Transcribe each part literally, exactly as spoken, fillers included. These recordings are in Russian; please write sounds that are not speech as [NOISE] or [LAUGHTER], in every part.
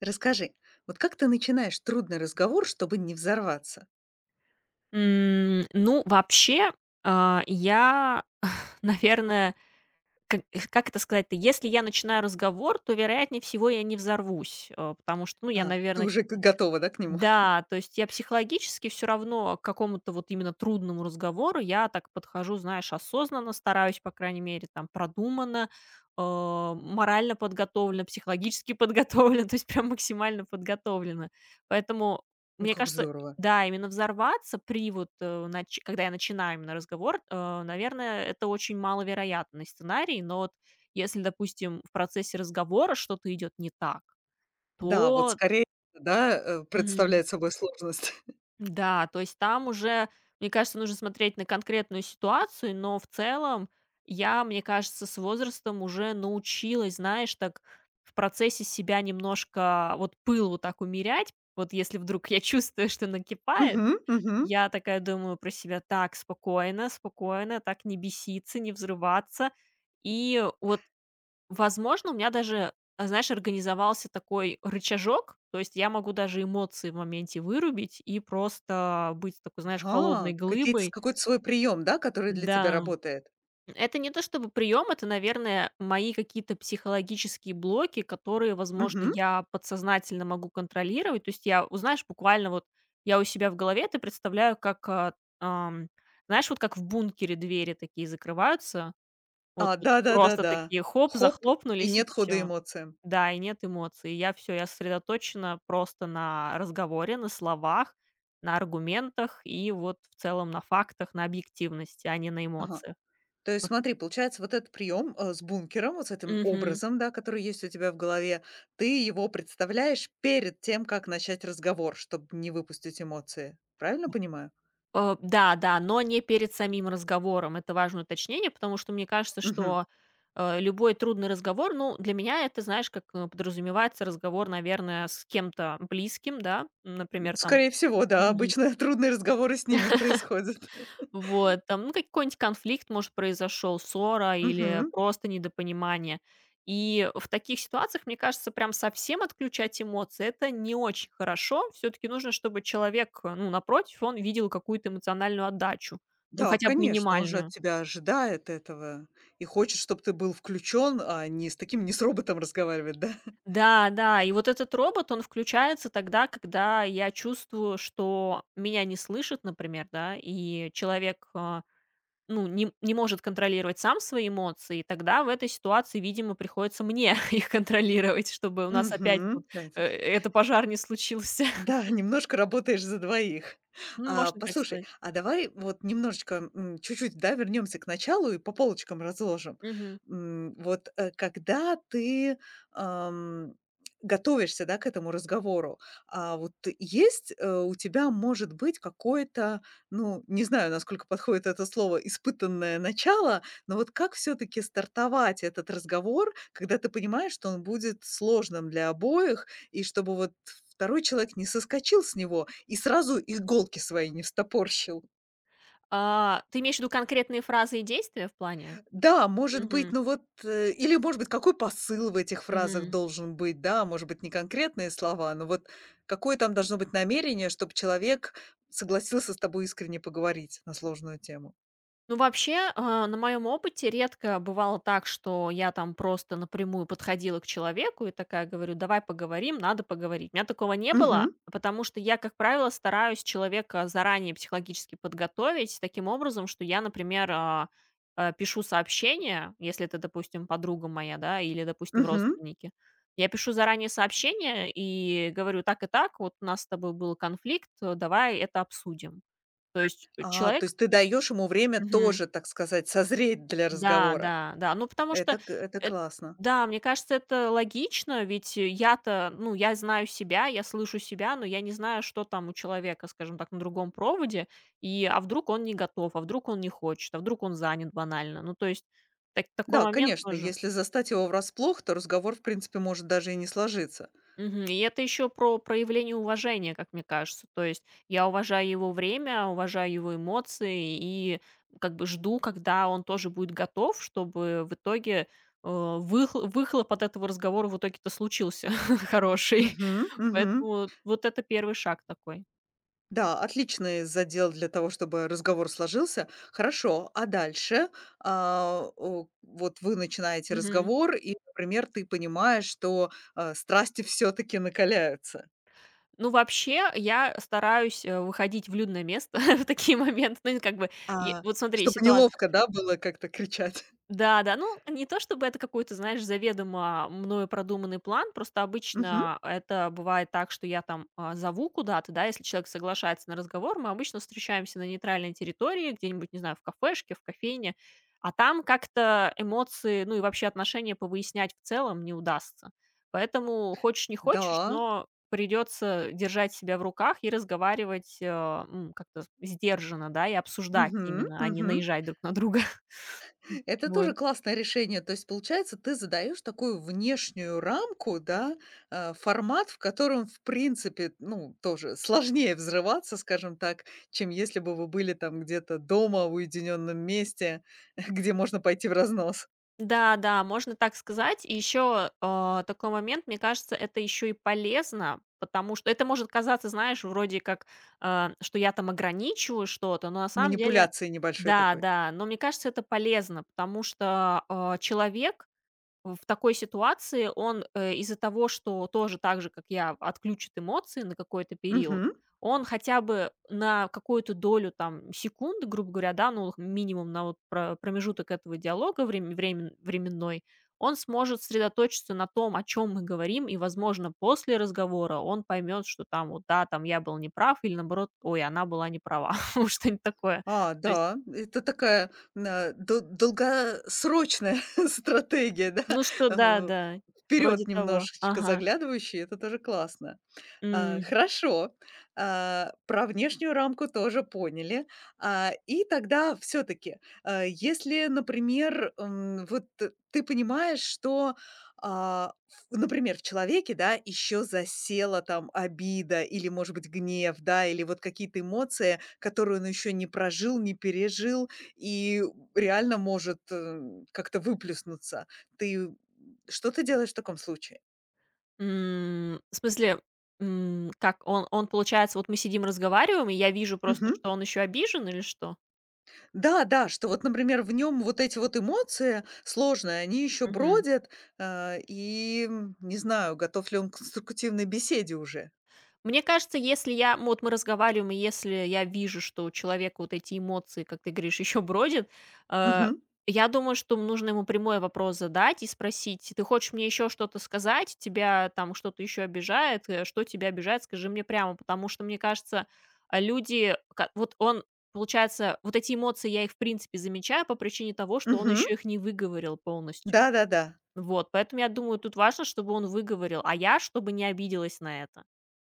Расскажи, вот как ты начинаешь трудный разговор, чтобы не взорваться? М, ну, вообще, а, я, [LAUGHS] наверное, как как это сказать-то, если я начинаю разговор, то, вероятнее всего, я не взорвусь, э, потому что, ну, А, я, ты наверное, уже г готова, да, к нему? [LAUGHS] да, то есть я психологически все равно к какому-то вот именно трудному разговору я так подхожу, знаешь, осознанно стараюсь, по крайней мере, там продуманно, э, морально подготовлена, психологически подготовлена, [LAUGHS] то есть прям максимально подготовлена. Поэтому, Ну, мне как кажется, здорово. да, именно взорваться при вот, э, нач когда я начинаю именно разговор, э, наверное, это очень маловероятный сценарий. Но вот если, допустим, в процессе разговора что-то идет не так, Да, вот то скорее, да, э, представляет собой сложность. да, то есть там уже, мне кажется, нужно смотреть на конкретную ситуацию, но в целом я, мне кажется, с возрастом уже научилась, знаешь, так в процессе себя немножко вот пыл вот так умерять. Вот если вдруг я [LAUGHS] чувствую, что [LAUGHS] накипает, Мгм, мгм. я такая думаю про себя: так, спокойно, спокойно, так не беситься, не взрываться. И вот, возможно, у меня даже, а, знаешь, организовался такой рычажок, то есть я могу даже эмоции в моменте вырубить и просто быть такой, знаешь, холодной Ага, какие-то с глыбой. какой-то свой прием, да, который для тебя Да, работает? это не то чтобы прием, это, наверное, мои какие-то психологические блоки, которые, возможно, Мгм. я подсознательно могу контролировать. То есть я, у- знаешь, буквально вот я у себя в голове это представляю как, а, ам, знаешь, вот как в бункере двери такие закрываются, вот, А, вот просто да-да-да-да. такие хоп, Хоп, и захлопнулись и нет хода все. эмоциям. Да, и нет эмоций. Я все, я сосредоточена просто на разговоре, на словах, на аргументах и вот в целом на фактах, на объективности, а не на Ага. эмоциях. То есть смотри, получается, вот этот прием, э, с бункером, вот с этим Мгм. образом, да, который есть у тебя в голове, ты его представляешь перед тем, как начать разговор, чтобы не выпустить эмоции. Правильно понимаю? Э, да, да, но не перед самим разговором. Это важное уточнение, потому что мне кажется, Мгм. что, э, любой трудный разговор, ну, для меня это, знаешь, как, э, подразумевается разговор, наверное, с кем-то близким, да, например, там. Скорее всего, да, Мгм. обычно [LAUGHS] трудные разговоры с ними [LAUGHS] происходят. Вот, там, ну, какой-нибудь конфликт, может, произошел, ссора или Мгм. просто недопонимание. И в таких ситуациях, мне кажется, прям совсем отключать эмоции — это не очень хорошо. Все-таки нужно, чтобы человек, э, ну, напротив, он видел какую-то эмоциональную отдачу, ну, Да, хотя бы конечно, он же от минимальную. тебя ожидает этого и хочет, чтобы ты был включен, а не с таким, не с роботом разговаривать, да? Да, да, и вот этот робот, он включается тогда, когда я чувствую, что меня не слышит, например, да, и человек, а, Ну, не не может контролировать сам свои эмоции, тогда в этой ситуации, видимо, приходится мне [LAUGHS] их контролировать, чтобы у нас опять тут, Угу. э, это пожар не случился. [LAUGHS] Да, немножко работаешь за двоих. Ну, А, можно так послушай, сказать. а давай вот немножечко, м, чуть-чуть, да, вернемся к началу и по полочкам разложим. Мгм. М, вот, э, когда ты, ам, готовишься, да, к этому разговору, а, вот есть, э, у тебя, может быть, какое-то, ну, не знаю, насколько подходит это слово, испытанное начало, но вот как все-таки стартовать этот разговор, когда ты понимаешь, что он будет сложным для обоих, и чтобы вот второй человек не соскочил с него и сразу иголки свои не встопорщил. А, ты имеешь в виду конкретные фразы и действия, в плане? Да, может быть, Мгм. ну вот, э, или, может быть, какой посыл в этих фразах Мгм. должен быть, да, может быть, не конкретные слова, но вот какое там должно быть намерение, чтобы человек согласился с тобой искренне поговорить на сложную тему. Ну, вообще, а, на моем опыте редко бывало так, что я там просто напрямую подходила к человеку и такая говорю: "Давай поговорим, надо поговорить". У меня такого не было, Мгм, потому что я, как правило, стараюсь человека заранее психологически подготовить таким образом, что я, например, а, а, пишу сообщение, если это, допустим, подруга моя, да, или, допустим, мгм. родственники. Я пишу заранее сообщение и говорю: "Так и так, вот у нас с тобой был конфликт, э, давай это обсудим". То есть, э, А, то человек... есть ты даешь ему время Мгм. тоже, так сказать, созреть для Да, разговора. да, да. Ну, потому что Это, к- это эт классно. да, мне кажется, это логично, ведь э, я-то, ну, я знаю себя, я слышу себя, но я не знаю, что там у человека, скажем так, на другом проводе, и, а вдруг он не готов, а вдруг он не хочет, а вдруг он занят банально. Ну, то есть так такой Да, момент конечно, тоже. если застать его врасплох, то разговор, в принципе, может даже и не сложиться. Мгм. И это еще про проявление уважения, как мне кажется. То есть я уважаю его время, уважаю его эмоции и как бы жду, когда он тоже будет готов, чтобы в итоге, э, выхл- выхлоп от этого разговора в итоге-то случился [LAUGHS] хороший. Мгм, мгм. Поэтому вот это первый шаг такой. Да, отличный задел для того, чтобы разговор сложился. Хорошо, а дальше? А, о, вот вы начинаете Мгм. разговор, и, например, ты понимаешь, что, а, страсти все таки накаляются. Ну, вообще, я стараюсь э, выходить в людное место [LAUGHS] в такие моменты. Ну, как бы, е- А, вот смотри, чтобы ситуация. неловко, да, было как-то кричать. [LAUGHS] Да-да, ну, не то чтобы это какой-то, знаешь, заведомо а, мною продуманный план, просто Мгм. обычно это бывает так, что я там а, зову куда-то, да, если человек соглашается на разговор, мы обычно встречаемся на нейтральной территории, где-нибудь, не знаю, в кафешке, в кофейне, а там как-то эмоции, ну и вообще отношения повыяснять в целом не удастся. Поэтому хочешь не хочешь, Да. но придется держать себя в руках и разговаривать, э, м, как-то сдержанно, да, и обсуждать Мгм, именно, а не мгм. наезжать друг на друга. [LAUGHS] Это Вот. тоже классное решение. То есть, получается, ты задаешь такую внешнюю рамку, да, э, формат, в котором, в принципе, ну, тоже сложнее взрываться, скажем так, чем если бы вы были там где-то дома в уединенном месте, [LAUGHS] где можно пойти в разнос. Да, да, можно так сказать. И еще, а, такой момент, мне кажется, это еще и полезно, потому что это может казаться, знаешь, вроде как, а, что я там ограничиваю что-то, но на самом деле Манипуляции небольшой да, такой. да, но мне кажется, это полезно, потому что, а, человек в такой ситуации он, э, из-за того, что тоже так же, как я, отключит эмоции на какой-то период, Мгм. он хотя бы на какую-то долю там секунды, грубо говоря, да, ну, минимум на вот про- промежуток этого диалога време- времен- временной, он сможет сосредоточиться на том, о чем мы говорим, и, возможно, после разговора он поймет, что там вот, да, там я был неправ, или наоборот, ой, она была не права, [LAUGHS] вот что-нибудь такое. А, То есть, да, это такая на- дол- долгосрочная [LAUGHS] стратегия, да, ну что, да, да, [LAUGHS] вроде вперед того. немножечко Ага. заглядывающая, это тоже классно. А, хорошо. А, про внешнюю рамку тоже поняли. А, и тогда все таки если, например, м, вот т- ты понимаешь, что, а, в например, в человеке, да, еще засела там обида или, может быть, гнев, да, или вот какие-то эмоции, которые он еще не прожил, не пережил и реально может, э, как-то выплеснуться. Ты что ты делаешь в таком случае? М, в смысле, м, как он он, получается, вот мы сидим разговариваем, и я вижу просто, что он еще обижен или что? Да, да, что вот, например, в нем вот эти вот эмоции сложные, они еще бродят, а, и, м, не знаю, готов ли он к конструктивной беседе уже. Мне кажется, если я, ну, вот мы разговариваем, и если я вижу, что у человека вот эти эмоции, как ты говоришь, [LAUGHS] еще бродят, э, Мгм. я думаю, что нужно ему прямой вопрос задать и спросить: "Ты хочешь мне еще что-то сказать? Тебя там что-то еще обижает? Э, Что тебя обижает? Скажи мне прямо". Потому что, мне кажется, а, люди, ка- вот он, получается, вот эти эмоции я их в принципе замечаю по причине того, что он Мгм. еще их не выговорил полностью. Да-да-да. Вот, поэтому я думаю, тут важно, чтобы он выговорил, а я чтобы не обиделась на это.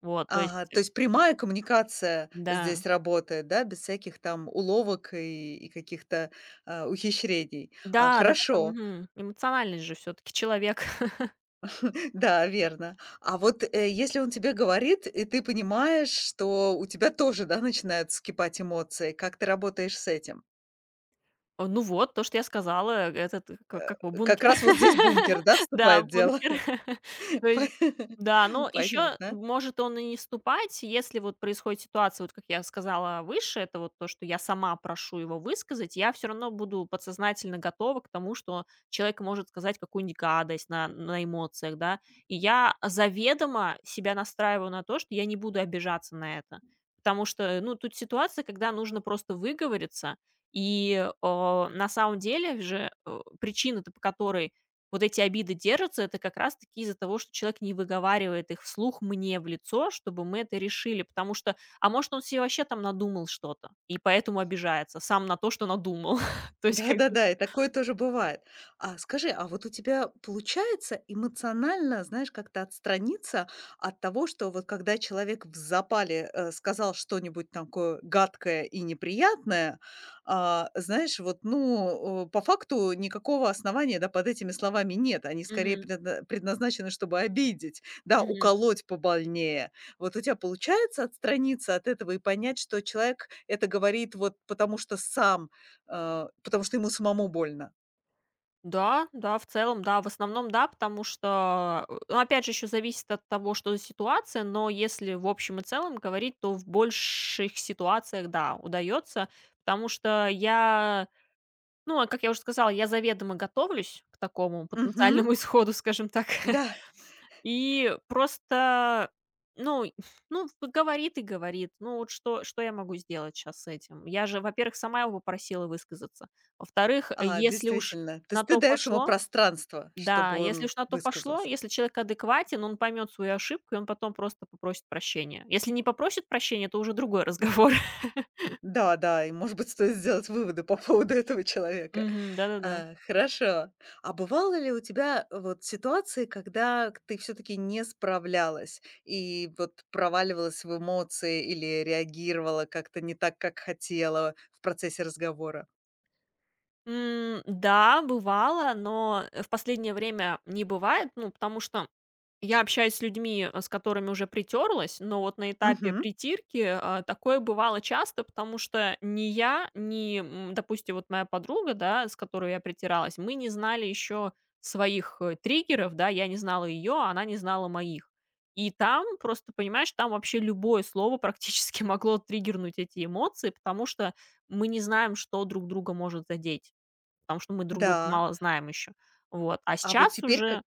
Вот, то Ага, есть, э, то есть прямая коммуникация да, здесь работает, да, без всяких там уловок и и каких-то, а, ухищрений. А, да, да, потом, хорошо. мгм. Эмоциональность же все таки человек. [LAUGHS] Да, верно. А вот, э, если он тебе говорит, и ты понимаешь, что у тебя тоже, да, начинают вскипать эмоции, как ты работаешь с этим? А, ну вот, то, что я сказала, э, этот, к как как его, Как бункер. раз вот здесь бункер, [LAUGHS] да, Да, вступает в дело? бункер. [LAUGHS] То [LAUGHS] По есть да, но [LAUGHS] еще Понятно. может он и не вступать, если вот происходит ситуация, вот как я сказала выше, это вот то, что я сама прошу его высказать, я все равно буду подсознательно готова к тому, что человек может сказать какую-нибудь гадость на на эмоциях, да. И я заведомо себя настраиваю на то, что я не буду обижаться на это. Потому что, э, ну, тут ситуация, когда нужно просто выговориться. И, э, на самом деле же, э, причина-то, по которой вот эти обиды держатся, это как раз таки из-за того, что человек не выговаривает их вслух мне в лицо, чтобы мы это решили. Потому что, а может, он себе вообще там надумал что-то, и поэтому обижается сам на то, что надумал. [LAUGHS] То есть как бы... Да-да-да, и такое тоже бывает. А скажи, а вот у тебя получается эмоционально, знаешь, как-то отстраниться от того, что вот когда человек в запале, э, сказал что-нибудь такое гадкое и неприятное, а, знаешь, вот, ну, э, по факту никакого основания, да, под этими словами нет. Они скорее Мгм. предна- предназначены, чтобы обидеть, да, Мгм. уколоть побольнее. Вот у тебя получается отстраниться от этого и понять, что человек это говорит вот потому, что сам Э, потому что ему самому больно. Да, да, в целом, да, в основном, да, потому что, э, ну, опять же, еще зависит от того, что за ситуация, но если в общем и целом говорить, то в больших ситуациях, да, удается, потому что я, ну, а как я уже сказала, я заведомо готовлюсь к такому Мгм. потенциальному [LAUGHS] исходу, скажем так. Да, [LAUGHS] И просто, ну, ну, говорит и говорит, ну, вот что, что я могу сделать сейчас с этим? Я же, во-первых, сама его попросила высказаться, во-вторых, э, а, если уж действительно. То на есть ты то даешь ему пошло, пространство, да, чтобы если он уж на то пошло, высказался. если человек адекватен, он поймет свою ошибку, и он потом просто попросит прощения. Если не попросит прощения, то уже другой разговор. Да, да, и, может быть, стоит сделать выводы по поводу этого [LAUGHS] человека. Мгм. Да-да-да. А, хорошо. А бывало ли у тебя вот ситуации, когда ты все таки не справлялась и вот проваливалась в эмоции или реагировала как-то не так, как хотела в процессе разговора? М, да, бывало, но, э, в последнее время не бывает, ну, потому что я общаюсь с людьми, э, с которыми уже притерлась, но вот на этапе Мгм. притирки, а, такое бывало часто, потому что ни я, ни, м, допустим, вот моя подруга, да, с которой я притиралась, мы не знали еще своих, э, триггеров, да, я не знала ее, а она не знала моих. И там просто, понимаешь, там вообще любое слово практически [LAUGHS] могло триггернуть эти эмоции, потому что мы не знаем, что друг друга может задеть, потому что мы друг друга Да. мало знаем еще. Вот. А А вот сейчас теперь уже как,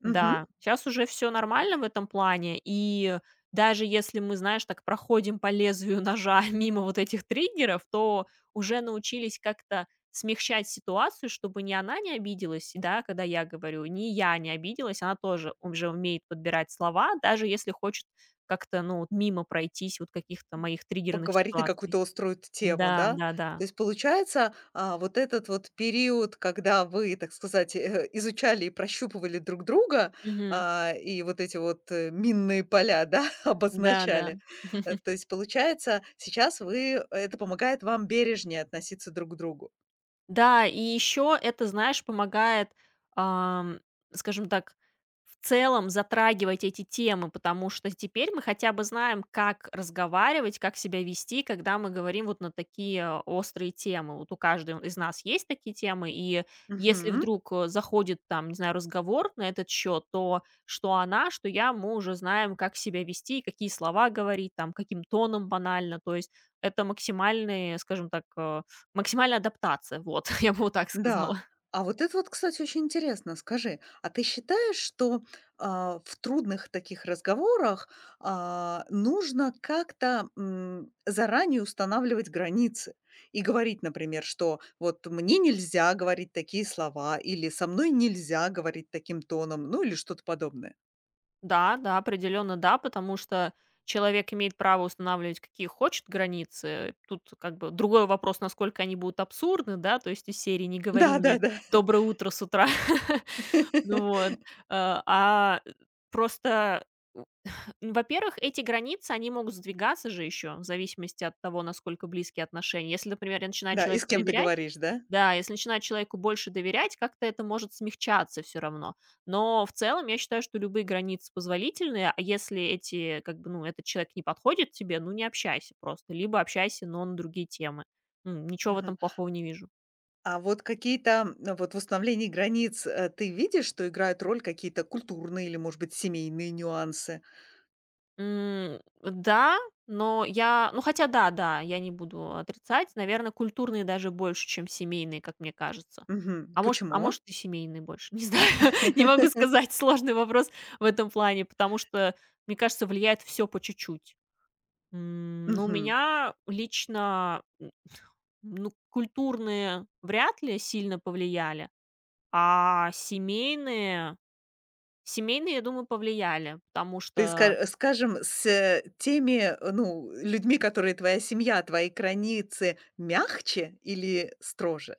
мгм. Да, сейчас уже все нормально в этом плане. И даже если мы, знаешь, так проходим по лезвию ножа [LAUGHS] мимо вот этих триггеров, то уже научились как-то смягчать ситуацию, чтобы ни она не обиделась, да, когда я говорю, ни я не обиделась. Она тоже уже умеет подбирать слова, даже если хочет как-то, ну, вот мимо пройтись вот каких-то моих триггерных Поговорить на ситуаций. какую-то острую тему, Да, да? да-да. То есть получается, а, вот этот вот период, когда вы, так сказать, э, изучали и прощупывали друг друга, Мгм. а, и вот эти вот, э, минные поля, да, [LAUGHS] Да-да. обозначали. Э, то есть получается, сейчас вы э, это помогает вам бережнее относиться друг к другу. Да, и еще это, знаешь, помогает, ам, скажем так, в целом затрагивать эти темы, потому что теперь мы хотя бы знаем, как разговаривать, как себя вести, когда мы говорим вот на такие острые темы. Вот у каждого из нас есть такие темы, и если Мгм. вдруг, э, заходит там, не знаю, разговор на этот счет, то что она, что я, мы уже знаем, как себя вести, какие слова говорить, там, каким тоном банально. То есть это максимальный, скажем так, э, максимальная адаптация, вот, [LAUGHS] я бы вот так Да. сказала. А вот это вот, кстати, очень интересно. Скажи, а ты считаешь, что а, в трудных таких разговорах а, нужно как-то м, заранее устанавливать границы и говорить, например, что вот мне нельзя говорить такие слова, или со мной нельзя говорить таким тоном, ну или что-то подобное? Да, да, определенно да, потому что человек имеет право устанавливать какие хочет границы. Тут как бы другой вопрос, насколько они будут абсурдны, да, то есть из серии "не говори Да, мне да, да. доброе утро" с утра. [LAUGHS] Ну вот, [LAUGHS] э, а, просто во-первых, эти границы, они могут сдвигаться же еще, в зависимости от того, насколько близкие отношения. Если, например, я начинаю Да, и с человеку кем ты доверять, говоришь, да? да, если начинаю человеку больше доверять, как-то это может смягчаться все равно. Но в целом я считаю, что любые границы позволительные, а если эти, как бы, ну, этот человек не подходит тебе, ну, не общайся просто, либо общайся, но на другие темы. М, Ничего в этом Ага. плохого не вижу. А вот какие-то, м, э, вот в установлении границ, э, ты видишь, что играют роль какие-то культурные или, может быть, семейные нюансы? М, да, но я ну, хотя да, да, я не буду отрицать. Наверное, культурные даже больше, чем семейные, как мне кажется. Мгм. А может а Почему? может, и семейные больше, [LAUGHS] не знаю. [LAUGHS] Не могу [LAUGHS] сказать, сложный вопрос в этом плане, потому что, мне кажется, влияет все по чуть-чуть. М, но у Мгм. меня лично, н ну, культурные вряд ли сильно повлияли, а семейные, семейные, я думаю, повлияли, потому Ты, ска что... э, скажем, с, э, теми, э, ну, людьми, которые твоя семья, твои границы мягче или строже?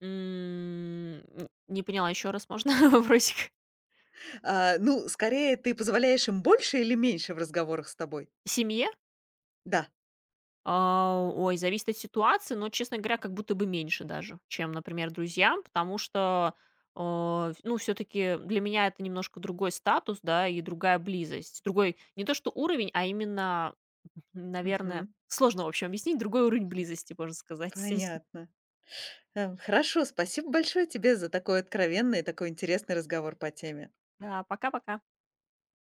М, н Не поняла, еще раз можно [LAUGHS] вопросик? А, ну, скорее, ты позволяешь им больше или меньше в разговорах с тобой? Семье? Да. А, ой, зависит от ситуации, но, честно говоря, как будто бы меньше даже, чем, например, друзьям, потому что, а, ф ну, все таки для меня это немножко другой статус, да, и другая близость. Другой не то что уровень, а именно, [LAUGHS] наверное, Мгм. сложно, в общем, объяснить, другой уровень близости, можно сказать, с эси Понятно. Эм, хорошо, спасибо большое тебе за такой откровенный и такой интересный разговор по теме. Да, пока-пока.